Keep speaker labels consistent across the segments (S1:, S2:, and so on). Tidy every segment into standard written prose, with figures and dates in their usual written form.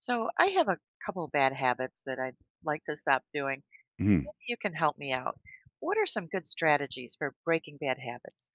S1: So I have a couple bad habits that I'd like to stop doing.
S2: Mhm.
S1: Maybe you can help me out. What are some good strategies for breaking bad habits?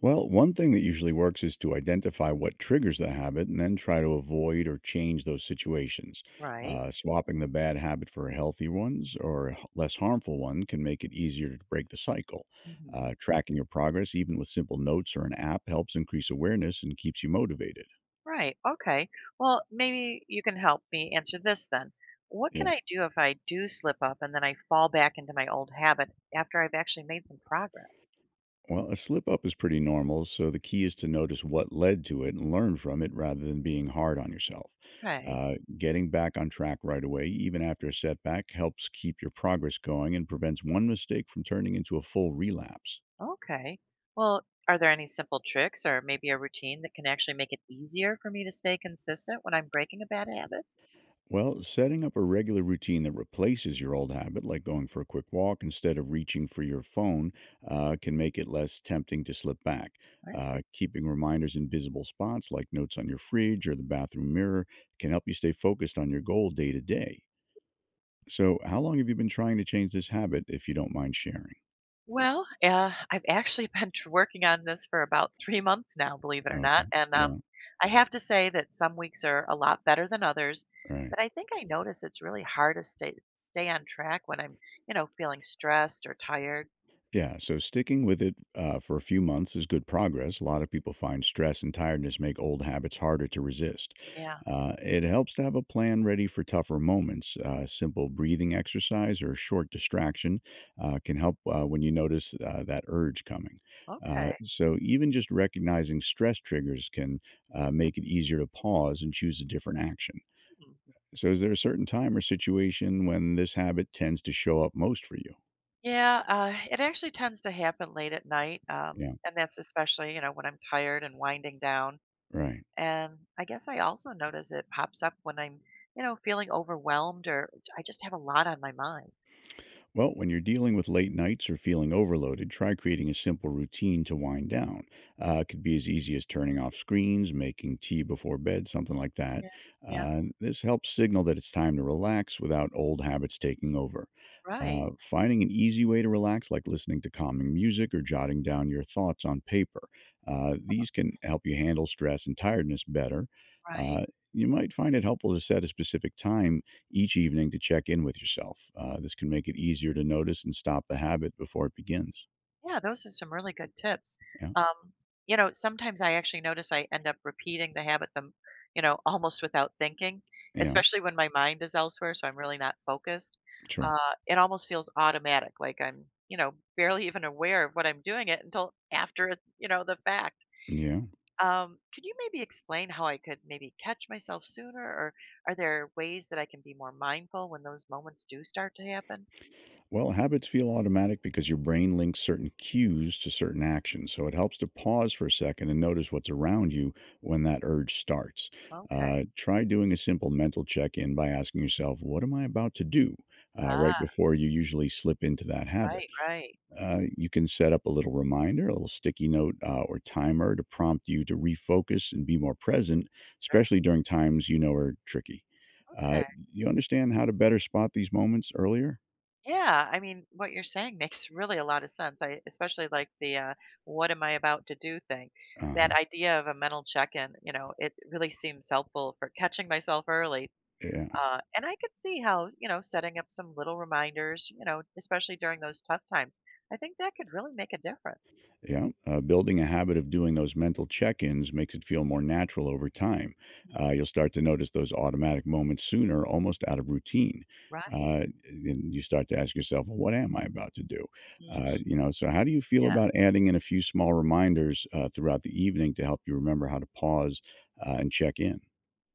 S2: Well, one thing that usually works is to identify what triggers the habit and then try to avoid or change those situations.
S1: Right.
S2: Swapping the bad habit for healthy ones or a less harmful one can make it easier to break the cycle.
S1: Hmm.
S2: Tracking your progress, even with simple notes or an app, helps increase awareness and keeps you motivated.
S1: Right. Okay. Well, maybe you can help me answer this then. What can
S2: Yeah.
S1: I do if I do slip up and then I fall back into my old habit after I've actually made some progress?
S2: Well, a slip up is pretty normal, so the key is to notice what led to it and learn from it rather than being hard on yourself.
S1: Okay.
S2: Getting back on track right away, even after a setback, helps keep your progress going and prevents one mistake from turning into a full relapse.
S1: Okay. Well, are there any simple tricks or maybe a routine that can actually make it easier for me to stay consistent when I'm breaking a bad habit?
S2: Well, setting up a regular routine that replaces your old habit, like going for a quick walk instead of reaching for your phone, can make it less tempting to slip back.
S1: I see.
S2: Keeping reminders in visible spots, like notes on your fridge or the bathroom mirror, can help you stay focused on your goal day to day. So, how long have you been trying to change this habit, if you don't mind sharing?
S1: Well, I've actually working on this for about 3 months now, believe it or
S2: Okay.
S1: not. And
S2: Yeah.
S1: I have to say that some weeks are a lot better than others,
S2: Right.
S1: but I think I notice it's really hard to stay on track when I'm, you know, feeling stressed or tired.
S2: Yeah, so sticking with it for a few months is good progress. A lot of people find stress and tiredness make old habits harder to resist.
S1: Yeah.
S2: It helps to have a plan ready for tougher moments. Simple breathing exercise or a short distraction can help when you notice that urge coming. Uh,
S1: Okay.
S2: so, even just recognizing stress triggers can make it easier to pause and choose a different action.
S1: Hmm.
S2: So, is there a certain time or situation when this habit tends to show up most for you?
S1: Yeah, it actually tends to happen late at night,
S2: Yeah,
S1: and that's especially, you know, when I'm tired and winding down.
S2: right.
S1: And I guess I also notice it pops up when I'm, you know, feeling overwhelmed or I just have a lot on my mind.
S2: Well, when you're dealing with late nights or feeling overloaded, try creating a simple routine to wind down. It could be as easy as turning off screens, making tea before bed, something like that.
S1: Yeah, yeah,
S2: And this helps signal that it's time to relax without old habits taking over.
S1: right,
S2: Finding an easy way to relax, like listening to calming music or jotting down your thoughts on paper, these can help you handle stress and tiredness better.
S1: right.
S2: Uh, you might find it helpful to set a specific time each evening to check in with yourself. This can make it easier to notice and stop the habit before it begins.
S1: Yeah, those are some really good tips.
S2: Yeah,
S1: Um, you know, sometimes I actually notice I end up repeating the habit the m you know, almost without thinking,
S2: yeah,
S1: especially when my mind is elsewhere, so I'm really not focused.
S2: sure.
S1: Uh, it almost feels automatic, like I'm, you know, barely even aware of what I'm doing it until after it, you know, the fact.
S2: Yeah.
S1: Could you maybe explain how I could maybe catch myself sooner, or are there ways that I can be more mindful when those moments do start to happen?
S2: Well, habits feel automatic because your brain links certain cues to certain actions. So it helps to pause for a second and notice what's around you when that urge starts.
S1: Okay.
S2: Try doing a simple mental check in by asking yourself, what am I about to do? Right before you usually slip into that habit.
S1: Right, right.
S2: You can set up a little reminder, a little sticky note or timer to prompt you to refocus and be more present,
S1: Sure.
S2: especially during times you know are tricky. Uh,
S1: Okay.
S2: you understand how to better spot these moments earlier?
S1: Yeah, I mean, what you're saying makes really a lot of sense. I especially like the "what am I about to do" thing.
S2: Uh huh.
S1: That idea of a mental check-in, you know, it really seems helpful for catching myself early.
S2: Yeah.
S1: And I could see how, you know, setting up some little reminders, you know, especially during those tough times, I think that could really make a difference.
S2: Yeah, building a habit of doing those mental check ins makes it feel more natural over time. You'll start to notice those automatic moments sooner, almost out of routine.
S1: Right.
S2: And you start to ask yourself, well, what am I about to do?
S1: Hmm.
S2: So how do you feel
S1: Yeah.
S2: about adding in a few small reminders throughout the evening to help you remember how to pause and check in?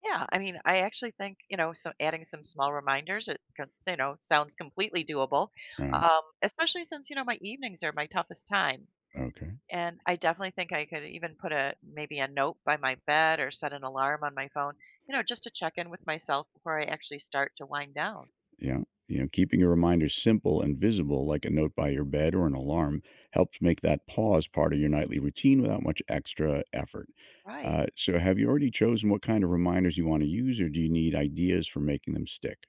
S1: Yeah, I mean, I actually think, you know, so adding some small reminders, you know, sounds completely doable,
S2: Right.
S1: especially since, you know, my evenings are my toughest time.
S2: Okay.
S1: And I definitely think I could even put a maybe a note by my bed or set an alarm on my phone, you know, just to check in with myself before I actually start to wind down.
S2: Yeah. You know, keeping your reminders simple and visible, like a note by your bed or an alarm, helps make that pause part of your nightly routine without much extra effort.
S1: Right.
S2: So, have you already chosen what kind of reminders you want to use, or do you need ideas for making them stick?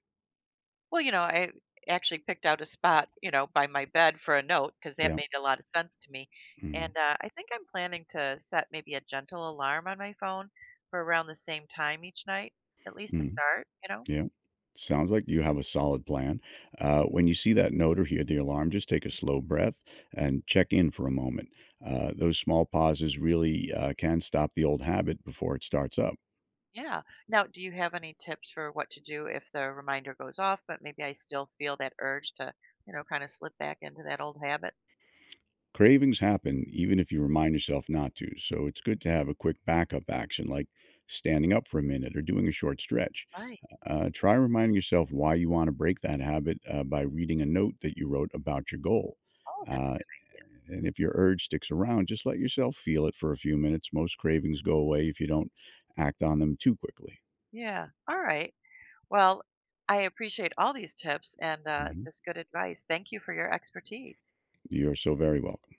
S1: Well, you know, I actually picked out a spot, you know, by my bed for a note because that
S2: Yeah.
S1: made a lot of sense to me.
S2: Hmm.
S1: And I think I'm planning to set maybe a gentle alarm on my phone for around the same time each night, at least to
S2: Hmm.
S1: start, you know?
S2: Yeah. Sounds like you have a solid plan. When you see that note or hear the alarm, just take a slow breath and check in for a moment. Those small pauses really can stop the old habit before it starts up.
S1: Yeah. Now, do you have any tips for what to do if the reminder goes off, but maybe I still feel that urge to, you know, kind of slip back into that old habit?
S2: Cravings happen even if you remind yourself not to, so it's good to have a quick backup action like standing up for a minute or doing a short stretch.
S1: Right.
S2: Try reminding yourself why you want to break that habit by reading a note that you wrote about your goal.
S1: Oh, that's a
S2: Uh,
S1: good.
S2: and if your urge sticks around, just let yourself feel it for a few minutes. Most cravings go away if you don't act on them too quickly.
S1: Yeah. All right. Well, I appreciate all these tips and
S2: Mhm.
S1: this good advice. Thank you for your expertise.
S2: You're so very welcome.